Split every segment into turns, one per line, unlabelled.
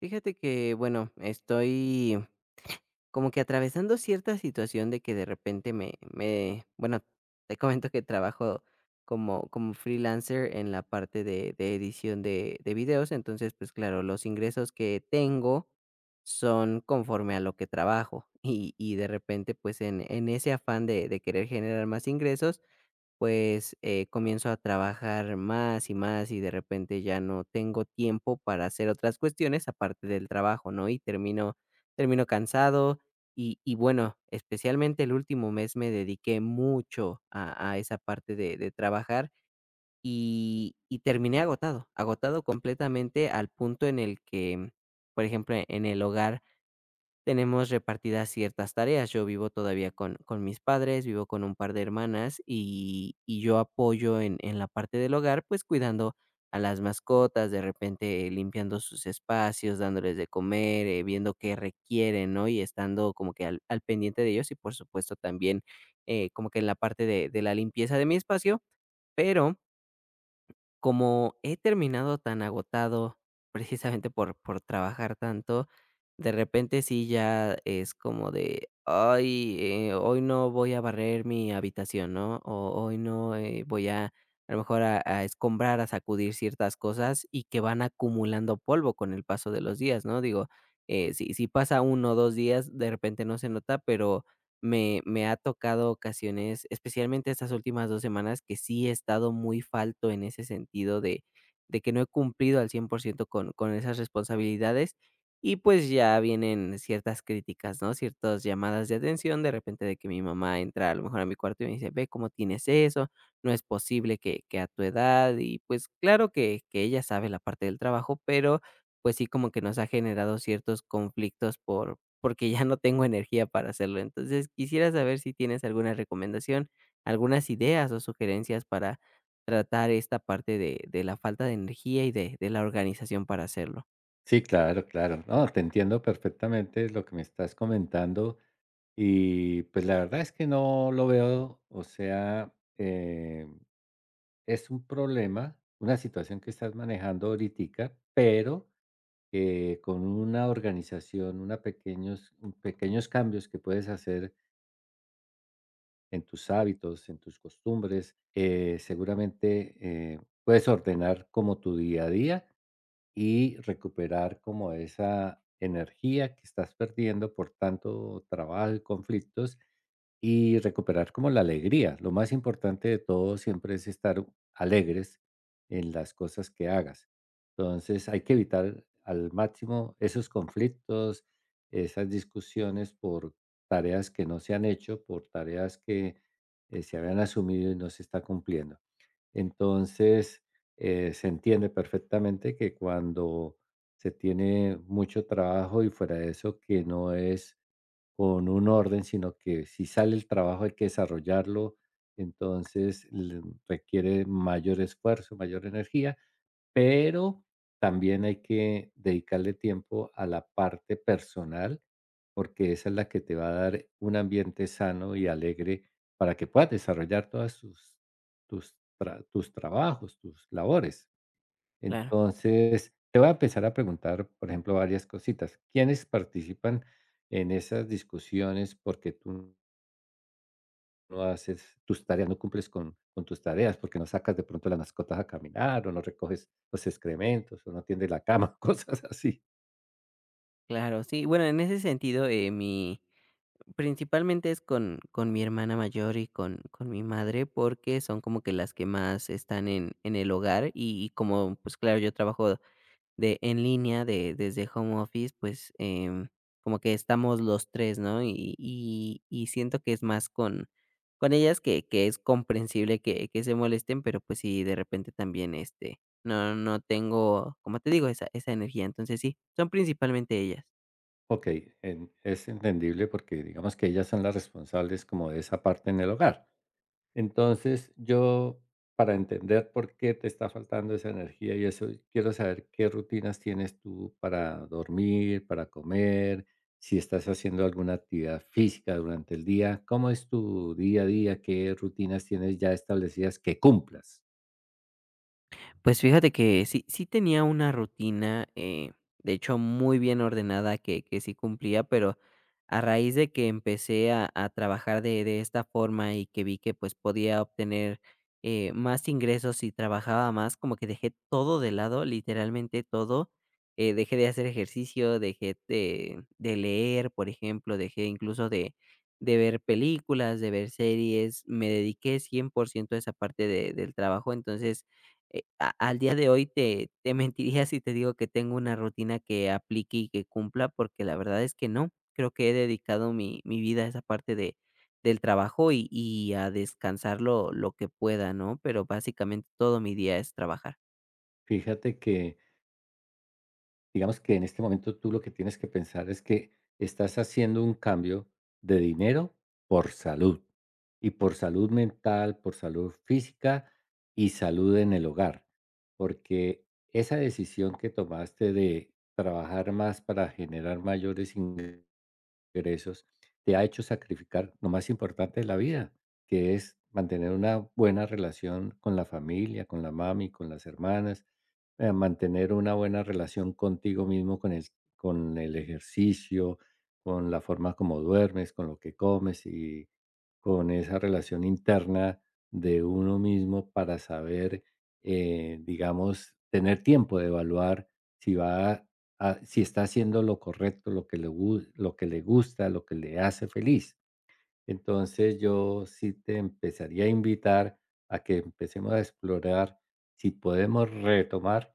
Fíjate que, bueno, estoy como que atravesando cierta situación de que de repente bueno, te comento que trabajo como freelancer en la parte de edición de videos. Entonces, pues claro, los ingresos que tengo son conforme a lo que trabajo y de repente, pues en ese afán de querer generar más ingresos, pues, comienzo a trabajar más y más, y de repente ya no tengo tiempo para hacer otras cuestiones aparte del trabajo, ¿no? Y termino cansado. Y bueno, especialmente el último mes me dediqué mucho a esa parte de trabajar, y terminé agotado, agotado completamente, al punto en el que, por ejemplo, en el hogar tenemos repartidas ciertas tareas. Yo vivo todavía con mis padres, vivo con un par de hermanas, y yo apoyo en la parte del hogar, pues, cuidando a las mascotas, de repente limpiando sus espacios, dándoles de comer, viendo qué requieren, ¿no? Y estando como que al pendiente de ellos y, por supuesto, también, como que en la parte de la limpieza de mi espacio, pero como he terminado tan agotado, precisamente por trabajar tanto, de repente sí ya es como de: "Ay, hoy no voy a barrer mi habitación", ¿no? O hoy no, voy a lo mejor a escombrar, a sacudir ciertas cosas y que van acumulando polvo con el paso de los días, ¿no? Digo, si pasa uno o 2 días, de repente no se nota, pero me ha tocado ocasiones, especialmente estas últimas 2 semanas, que sí he estado muy falto en ese sentido de que no he cumplido al 100% con esas responsabilidades, y pues ya vienen ciertas críticas, ¿no? Ciertas llamadas de atención, de repente de que mi mamá entra a lo mejor a mi cuarto y me dice: "Ve cómo tienes eso, no es posible que a tu edad", y pues claro que ella sabe la parte del trabajo, pero pues sí como que nos ha generado ciertos conflictos por porque ya no tengo energía para hacerlo. Entonces, quisiera saber si tienes alguna recomendación, algunas ideas o sugerencias para tratar esta parte de la falta de energía y de la organización para hacerlo.
Sí, claro, claro. No, te entiendo perfectamente lo que me estás comentando y pues la verdad es que no lo veo, o sea, es un problema, una situación que estás manejando ahoritica, pero con una organización, pequeños cambios que puedes hacer en tus hábitos, en tus costumbres, seguramente puedes ordenar como tu día a día y recuperar como esa energía que estás perdiendo por tanto trabajo y conflictos y recuperar como la alegría. Lo más importante de todo siempre es estar alegres en las cosas que hagas. Entonces hay que evitar al máximo esos conflictos, esas discusiones por tareas que no se han hecho, por tareas que se habían asumido y no se está cumpliendo. Entonces, se entiende perfectamente que cuando se tiene mucho trabajo y fuera de eso, que no es con un orden, sino que si sale el trabajo hay que desarrollarlo, entonces l- requiere mayor esfuerzo, mayor energía, pero también hay que dedicarle tiempo a la parte personal, porque esa es la que te va a dar un ambiente sano y alegre para que puedas desarrollar tus trabajos, tus labores.
Claro,
Entonces, te voy a empezar a preguntar, por ejemplo, varias cositas. ¿Quiénes participan en esas discusiones? Porque tú no haces tus tareas, no cumples con tus tareas, porque no sacas de pronto las mascotas a caminar, o no recoges los excrementos, o no tiendes la cama, cosas así.
claro. Sí, bueno, en ese sentido, mi principalmente es con mi hermana mayor y con mi madre, porque son como que las que más están en el hogar, y como, pues, claro, yo trabajo de en línea, de desde home office, pues, em, como que estamos los tres, ¿no? Y siento que es más con ellas que es comprensible que se molesten, pero, pues, sí, de repente también, este, no tengo, como te digo, esa energía. Entonces sí, son principalmente ellas.
Okey, en es entendible porque digamos que ellas son las responsables como de esa parte en el hogar. Entonces, yo, para entender por qué te está faltando esa energía y eso, quiero saber qué rutinas tienes tú para dormir, para comer, si estás haciendo alguna actividad física durante el día, cómo es tu día a día, qué rutinas tienes ya establecidas que cumplas.
Pues fíjate que sí, sí tenía una rutina, de hecho muy bien ordenada que sí cumplía, pero a raíz de que empecé a trabajar de esta forma y que vi que pues podía obtener, más ingresos si trabajaba más, como que dejé todo de lado, literalmente todo. Eh, dejé de hacer ejercicio, dejé de leer, por ejemplo, dejé incluso de ver películas, de ver series. Me dediqué 100% a esa parte de- del trabajo. Entonces, a al día de hoy te mentiría si te digo que tengo una rutina que aplique y que cumpla, porque la verdad es que no. Creo que he dedicado mi vida a esa parte de del trabajo y a descansar lo que pueda, ¿no? Pero básicamente todo mi día es trabajar.
Fíjate que, digamos que en este momento tú lo que tienes que pensar es que estás haciendo un cambio de dinero por salud, y por salud mental, por salud física y salud en el hogar, porque esa decisión que tomaste de trabajar más para generar mayores ingresos, te ha hecho sacrificar lo más importante de la vida, que es mantener una buena relación con la familia, con la mami, con las hermanas, mantener una buena relación contigo mismo, con el ejercicio, con la forma como duermes, con lo que comes y con esa relación interna de uno mismo para saber, digamos, tener tiempo de evaluar si va ah, si está haciendo lo correcto, lo que le gusta, lo que le hace feliz. Entonces, yo sí te empezaría a invitar a que empecemos a explorar si podemos retomar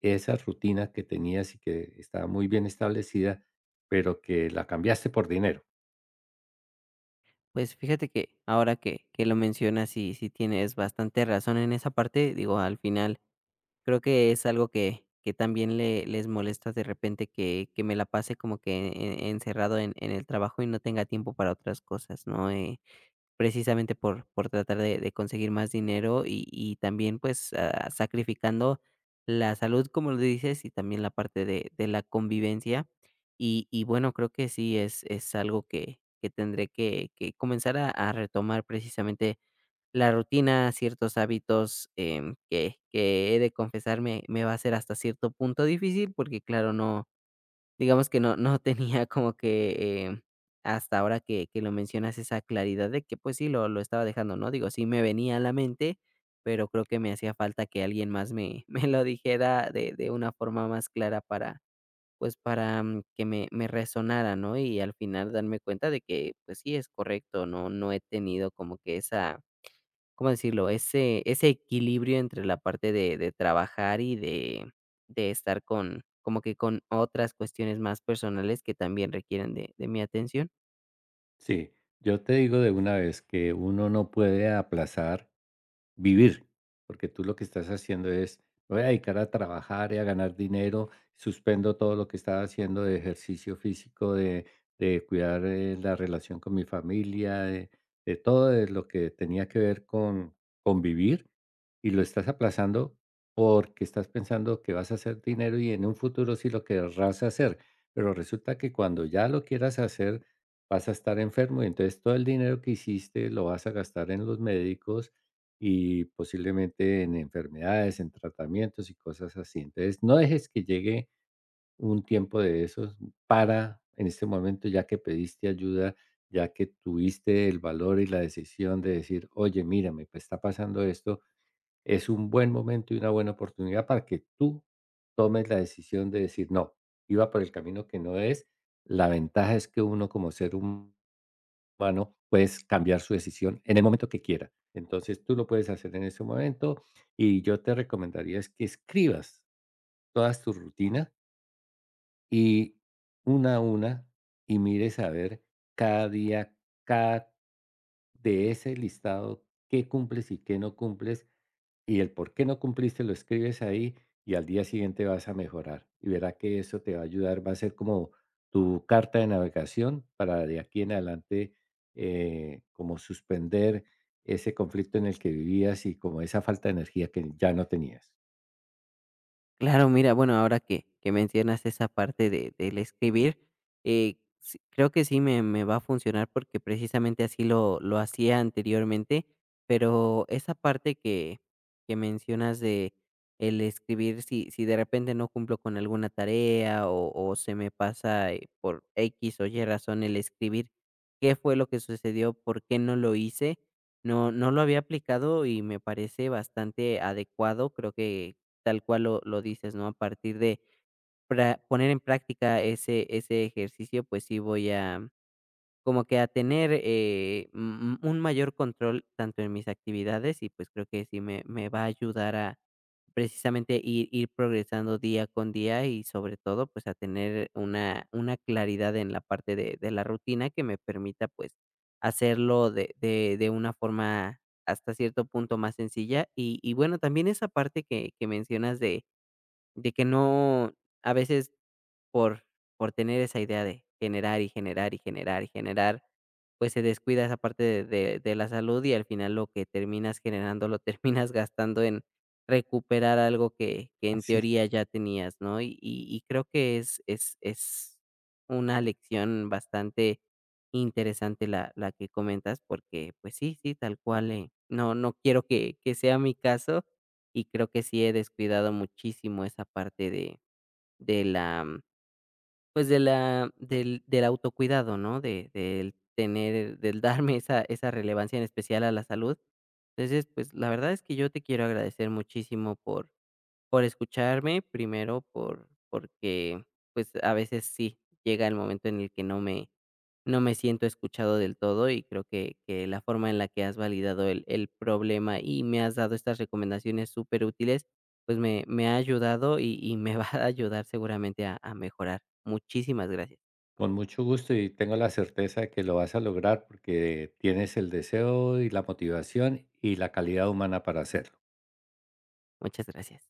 esa rutina que tenías y que estaba muy bien establecida, pero que la cambiaste por dinero.
Pues fíjate que ahora que lo mencionas, sí tienes bastante razón en esa parte. Digo, al final creo que es algo que también le les molesta de repente que me la pase como que e encerrado en el trabajo y no tenga tiempo para otras cosas, ¿no? Precisamente por tratar de conseguir más dinero, y también, pues, ah, sacrificando la salud, como lo dices, y también la parte de la convivencia. Y bueno, creo que sí es algo que tendré que comenzar a retomar precisamente la rutina, ciertos hábitos, em, que he de confesar me va a ser hasta cierto punto difícil, porque claro, no, digamos que no tenía como que, em, hasta ahora que lo mencionas esa claridad de que, pues sí, lo estaba dejando, ¿no? Digo, sí me venía a la mente, pero creo que me hacía falta que alguien más me me lo dijera de una forma más clara para, pues, para, mm, que me resonara, ¿no? Y al final darme cuenta de que, pues sí, es correcto, no he tenido como que esa, ¿cómo decirlo? Ese equilibrio entre la parte de trabajar y de estar con como que con otras cuestiones más personales que también requieren de mi atención.
Sí, yo te digo de una vez que uno no puede aplazar vivir, porque tú lo que estás haciendo es: "Me voy a dedicar a trabajar y a ganar dinero, suspendo todo lo que estaba haciendo de ejercicio físico, de cuidar, la relación con mi familia, de todo de lo que tenía que ver con vivir", y lo estás aplazando porque estás pensando que vas a hacer dinero y en un futuro sí lo querrás hacer, pero resulta que cuando ya lo quieras hacer, vas a estar enfermo, y entonces todo el dinero que hiciste lo vas a gastar en los médicos, y posiblemente en enfermedades, en tratamientos y cosas así. Entonces, no dejes que llegue un tiempo de esos para, en este momento, ya que pediste ayuda, ya que tuviste el valor y la decisión de decir, oye, mira, me está pasando esto, es un buen momento y una buena oportunidad para que tú tomes la decisión de decir, no, iba por el camino que no es. La ventaja es que uno como ser humano, puedes cambiar su decisión en el momento que quiera. Entonces, tú lo puedes hacer en ese momento y yo te recomendaría es que escribas todas tus rutinas y una a una y mires a ver cada día, cada de ese listado, qué cumples y qué no cumples y el por qué no cumpliste lo escribes ahí y al día siguiente vas a mejorar y verá que eso te va a ayudar, va a ser como tu carta de navegación para de aquí en adelante, como suspender ese conflicto en el que vivías y como esa falta de energía que ya no tenías.
Claro, mira, bueno, ahora que mencionas esa parte de, del escribir, sí- creo que sí me va a funcionar porque precisamente así lo hacía anteriormente, pero esa parte que mencionas de el escribir, si, si de repente no cumplo con alguna tarea o se me pasa, por X o Y razón, el escribir, ¿qué fue lo que sucedió? ¿Por qué no lo hice? No, no lo había aplicado y me parece bastante adecuado. Creo que tal cual lo dices, ¿no? A partir de pra poner en práctica ese ejercicio, pues sí voy a como que a tener, mm, un mayor control tanto en mis actividades y, pues, creo que sí me va a ayudar a precisamente ir progresando día con día, y sobre todo, pues, a tener una claridad en la parte de la rutina que me permita, pues, hacerlo de una forma hasta cierto punto más sencilla. Y bueno, también esa parte que mencionas de que no, a veces por por tener esa idea de generar, y generar, y generar, y generar, pues, se descuida esa parte de la salud, y al final lo que terminas generando lo terminas gastando en recuperar algo que en
Sí.
teoría ya tenías, ¿no? Y creo que es una lección bastante interesante la que comentas, porque, pues sí, sí, tal cual, no quiero que sea mi caso, y creo que sí he descuidado muchísimo esa parte de la pues, de la del autocuidado, ¿no? De del tener, del darme esa relevancia, en especial a la salud. Entonces, pues, la verdad es que yo te quiero agradecer muchísimo por escucharme, primero por porque, pues, a veces sí llega el momento en el que no me no me siento escuchado del todo, y creo que la forma en la que has validado el problema y me has dado estas recomendaciones súper útiles, pues, me ha ayudado y me va a ayudar seguramente a mejorar. Muchísimas gracias.
Con mucho gusto y tengo la certeza de que lo vas a lograr porque tienes el deseo y la motivación y la calidad humana para hacerlo.
Muchas gracias.